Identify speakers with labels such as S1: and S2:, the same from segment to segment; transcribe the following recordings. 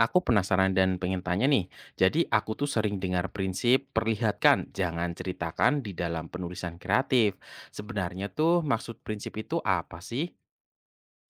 S1: Aku penasaran dan pengen tanya nih. Jadi aku tuh sering dengar prinsip perlihatkan, jangan ceritakan di dalam penulisan kreatif. Sebenarnya tuh maksud prinsip itu apa sih?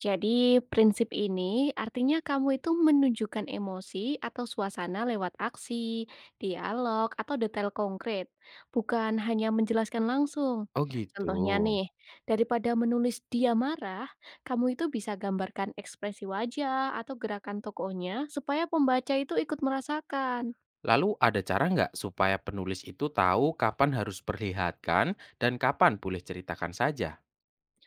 S2: Jadi, prinsip ini artinya kamu itu menunjukkan emosi atau suasana lewat aksi, dialog, atau detail konkret, bukan hanya menjelaskan langsung.
S1: Oh gitu.
S2: Contohnya nih, daripada menulis dia marah, kamu itu bisa gambarkan ekspresi wajah atau gerakan tokohnya supaya pembaca itu ikut merasakan.
S1: Lalu ada cara nggak supaya penulis itu tahu kapan harus perlihatkan dan kapan boleh ceritakan saja?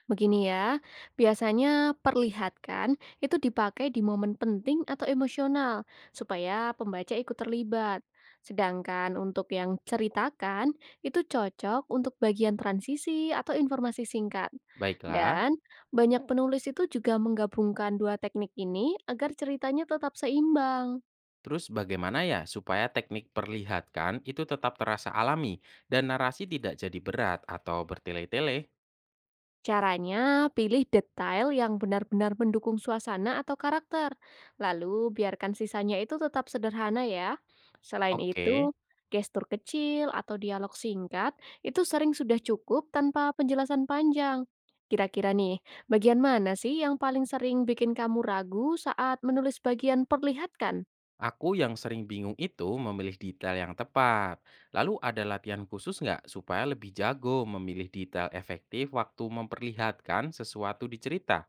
S2: Begini ya, biasanya perlihatkan itu dipakai di momen penting atau emosional supaya pembaca ikut terlibat. Sedangkan untuk yang ceritakan itu cocok untuk bagian transisi atau informasi singkat.
S1: Baiklah.
S2: Dan banyak penulis itu juga menggabungkan dua teknik ini agar ceritanya tetap seimbang.
S1: Terus bagaimana ya supaya teknik perlihatkan itu tetap terasa alami dan narasi tidak jadi berat atau bertele-tele?
S2: Caranya, pilih detail yang benar-benar mendukung suasana atau karakter. Lalu, biarkan sisanya itu tetap sederhana ya. Selain
S1: Oke.
S2: itu, gestur kecil atau dialog singkat itu sering sudah cukup tanpa penjelasan panjang. Kira-kira nih, bagian mana sih yang paling sering bikin kamu ragu saat menulis bagian perlihatkan?
S1: Aku yang sering bingung itu memilih detail yang tepat. Lalu ada latihan khusus nggak supaya lebih jago memilih detail efektif waktu memperlihatkan sesuatu di cerita?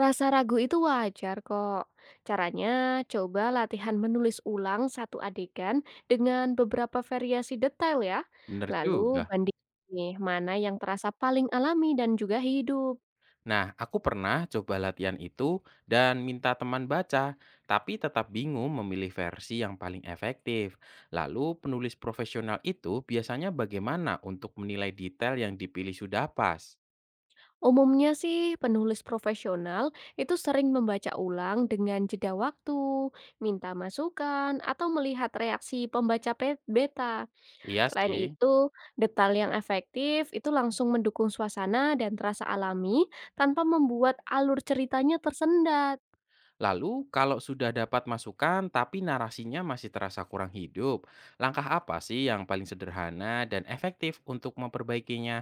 S2: Rasa ragu itu wajar kok. Caranya, coba latihan menulis ulang satu adegan dengan beberapa variasi detail ya.
S1: Bener
S2: Lalu
S1: juga.
S2: banding nih, mana yang terasa paling alami dan juga hidup.
S1: Nah, aku pernah coba latihan itu dan minta teman baca, tapi tetap bingung memilih versi yang paling efektif. Lalu penulis profesional itu biasanya bagaimana untuk menilai detail yang dipilih sudah pas?
S2: Umumnya sih penulis profesional itu sering membaca ulang dengan jeda waktu, minta masukan, atau melihat reaksi pembaca beta.
S1: Iya
S2: Selain
S1: sih.
S2: itu, detail yang efektif itu langsung mendukung suasana dan terasa alami tanpa membuat alur ceritanya tersendat.
S1: Lalu, kalau sudah dapat masukan tapi narasinya masih terasa kurang hidup, langkah apa sih yang paling sederhana dan efektif untuk memperbaikinya?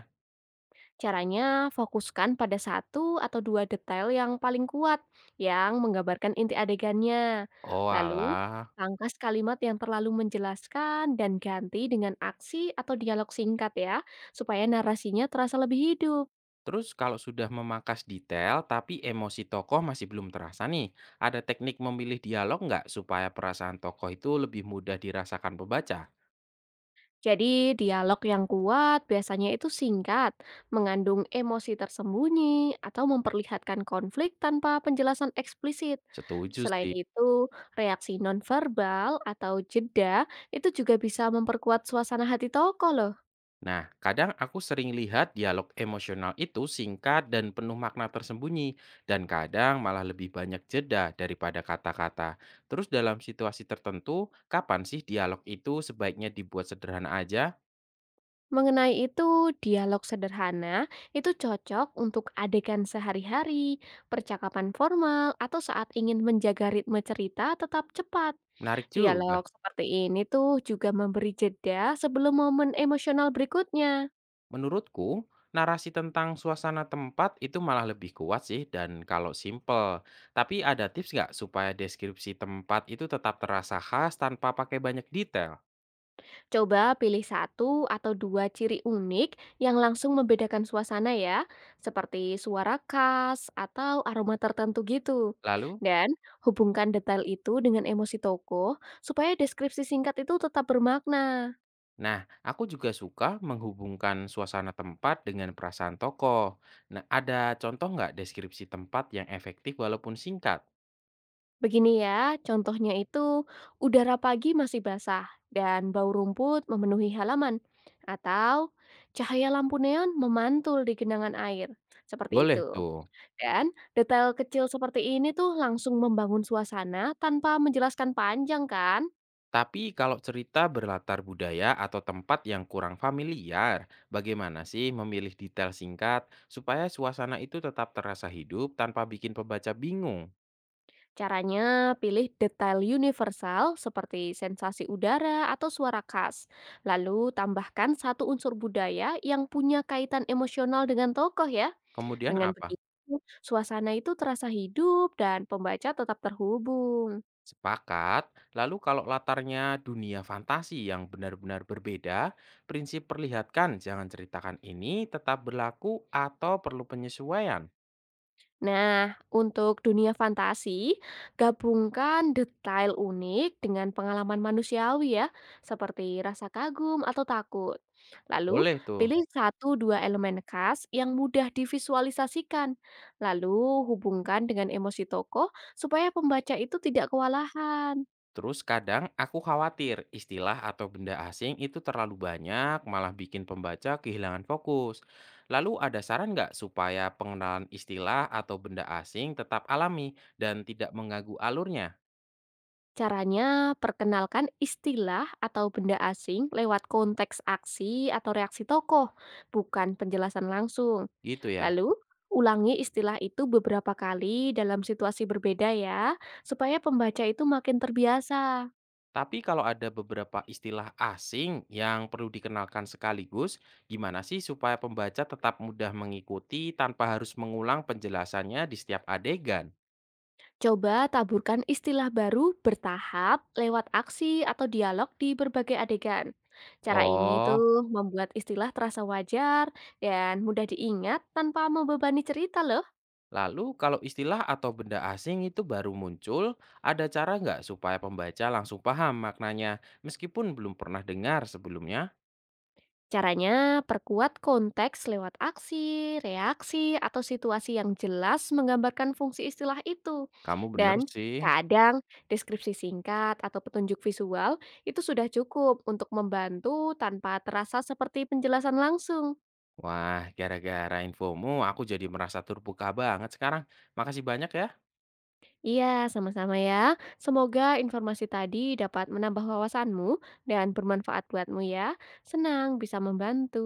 S2: Caranya fokuskan pada satu atau dua detail yang paling kuat yang menggambarkan inti adegannya.
S1: Oh
S2: Lalu,
S1: alah.
S2: pangkas kalimat yang terlalu menjelaskan dan ganti dengan aksi atau dialog singkat ya, supaya narasinya terasa lebih hidup.
S1: Terus kalau sudah memakas detail tapi emosi tokoh masih belum terasa nih, ada teknik memilih dialog nggak supaya perasaan tokoh itu lebih mudah dirasakan pembaca?
S2: Jadi, dialog yang kuat biasanya itu singkat, mengandung emosi tersembunyi, atau memperlihatkan konflik tanpa penjelasan eksplisit.
S1: Setuju
S2: Selain
S1: sih.
S2: itu, reaksi nonverbal atau jeda itu juga bisa memperkuat suasana hati tokoh loh.
S1: Nah, kadang aku sering lihat dialog emosional itu singkat dan penuh makna tersembunyi, dan kadang malah lebih banyak jeda daripada kata-kata. Terus dalam situasi tertentu, kapan sih dialog itu sebaiknya dibuat sederhana aja?
S2: Mengenai itu, dialog sederhana itu cocok untuk adegan sehari-hari, percakapan formal, atau saat ingin menjaga ritme cerita tetap cepat.
S1: Menarik juga.
S2: Dialog seperti ini tuh juga memberi jeda sebelum momen emosional berikutnya.
S1: Menurutku, narasi tentang suasana tempat itu malah lebih kuat sih dan kalau simple. Tapi ada tips nggak supaya deskripsi tempat itu tetap terasa khas tanpa pakai banyak detail?
S2: Coba pilih satu atau dua ciri unik yang langsung membedakan suasana ya, seperti suara khas atau aroma tertentu gitu.
S1: Lalu?
S2: Dan hubungkan detail itu dengan emosi tokoh supaya deskripsi singkat itu tetap bermakna.
S1: Nah, aku juga suka menghubungkan suasana tempat dengan perasaan tokoh. Nah, ada contoh nggak deskripsi tempat yang efektif walaupun singkat?
S2: Begini ya, contohnya itu udara pagi masih basah dan bau rumput memenuhi halaman, atau cahaya lampu neon memantul di genangan air. Seperti
S1: Boleh
S2: itu.
S1: tuh.
S2: Dan detail kecil seperti ini tuh langsung membangun suasana tanpa menjelaskan panjang kan?
S1: Tapi kalau cerita berlatar budaya atau tempat yang kurang familiar, bagaimana sih memilih detail singkat supaya suasana itu tetap terasa hidup tanpa bikin pembaca bingung?
S2: Caranya pilih detail universal seperti sensasi udara atau suara khas. Lalu tambahkan satu unsur budaya yang punya kaitan emosional dengan tokoh ya.
S1: Kemudian
S2: Dengan
S1: apa?
S2: begitu, suasana itu terasa hidup dan pembaca tetap terhubung.
S1: Sepakat. Lalu kalau latarnya dunia fantasi yang benar-benar berbeda, prinsip perlihatkan jangan ceritakan ini tetap berlaku atau perlu penyesuaian?
S2: Nah, untuk dunia fantasi, gabungkan detail unik dengan pengalaman manusiawi ya, seperti rasa kagum atau takut. Lalu,
S1: Boleh tuh.
S2: pilih satu dua elemen khas yang mudah divisualisasikan. Lalu, hubungkan dengan emosi tokoh supaya pembaca itu tidak kewalahan.
S1: Terus kadang aku khawatir istilah atau benda asing itu terlalu banyak malah bikin pembaca kehilangan fokus. Lalu ada saran nggak supaya pengenalan istilah atau benda asing tetap alami dan tidak mengganggu alurnya?
S2: Caranya, perkenalkan istilah atau benda asing lewat konteks aksi atau reaksi tokoh, bukan penjelasan langsung.
S1: Gitu ya.
S2: Lalu, ulangi istilah itu beberapa kali dalam situasi berbeda ya, supaya pembaca itu makin terbiasa.
S1: Tapi kalau ada beberapa istilah asing yang perlu dikenalkan sekaligus, gimana sih supaya pembaca tetap mudah mengikuti tanpa harus mengulang penjelasannya di setiap adegan?
S2: Coba taburkan istilah baru bertahap lewat aksi atau dialog di berbagai adegan. Cara ini
S1: Oh,
S2: tuh membuat istilah terasa wajar dan mudah diingat tanpa membebani cerita loh.
S1: lalu kalau istilah atau benda asing itu baru muncul, ada cara nggak supaya pembaca langsung paham maknanya meskipun belum pernah dengar sebelumnya?
S2: Caranya, perkuat konteks lewat aksi, reaksi, atau situasi yang jelas menggambarkan fungsi istilah itu.
S1: Kamu bener
S2: Dan
S1: sih.
S2: kadang deskripsi singkat atau petunjuk visual itu sudah cukup untuk membantu tanpa terasa seperti penjelasan langsung.
S1: Wah, gara-gara infomu aku jadi merasa terbuka banget sekarang. Makasih banyak ya.
S2: Iya, sama-sama ya. Semoga informasi tadi dapat menambah wawasanmu dan bermanfaat buatmu ya. Senang bisa membantu.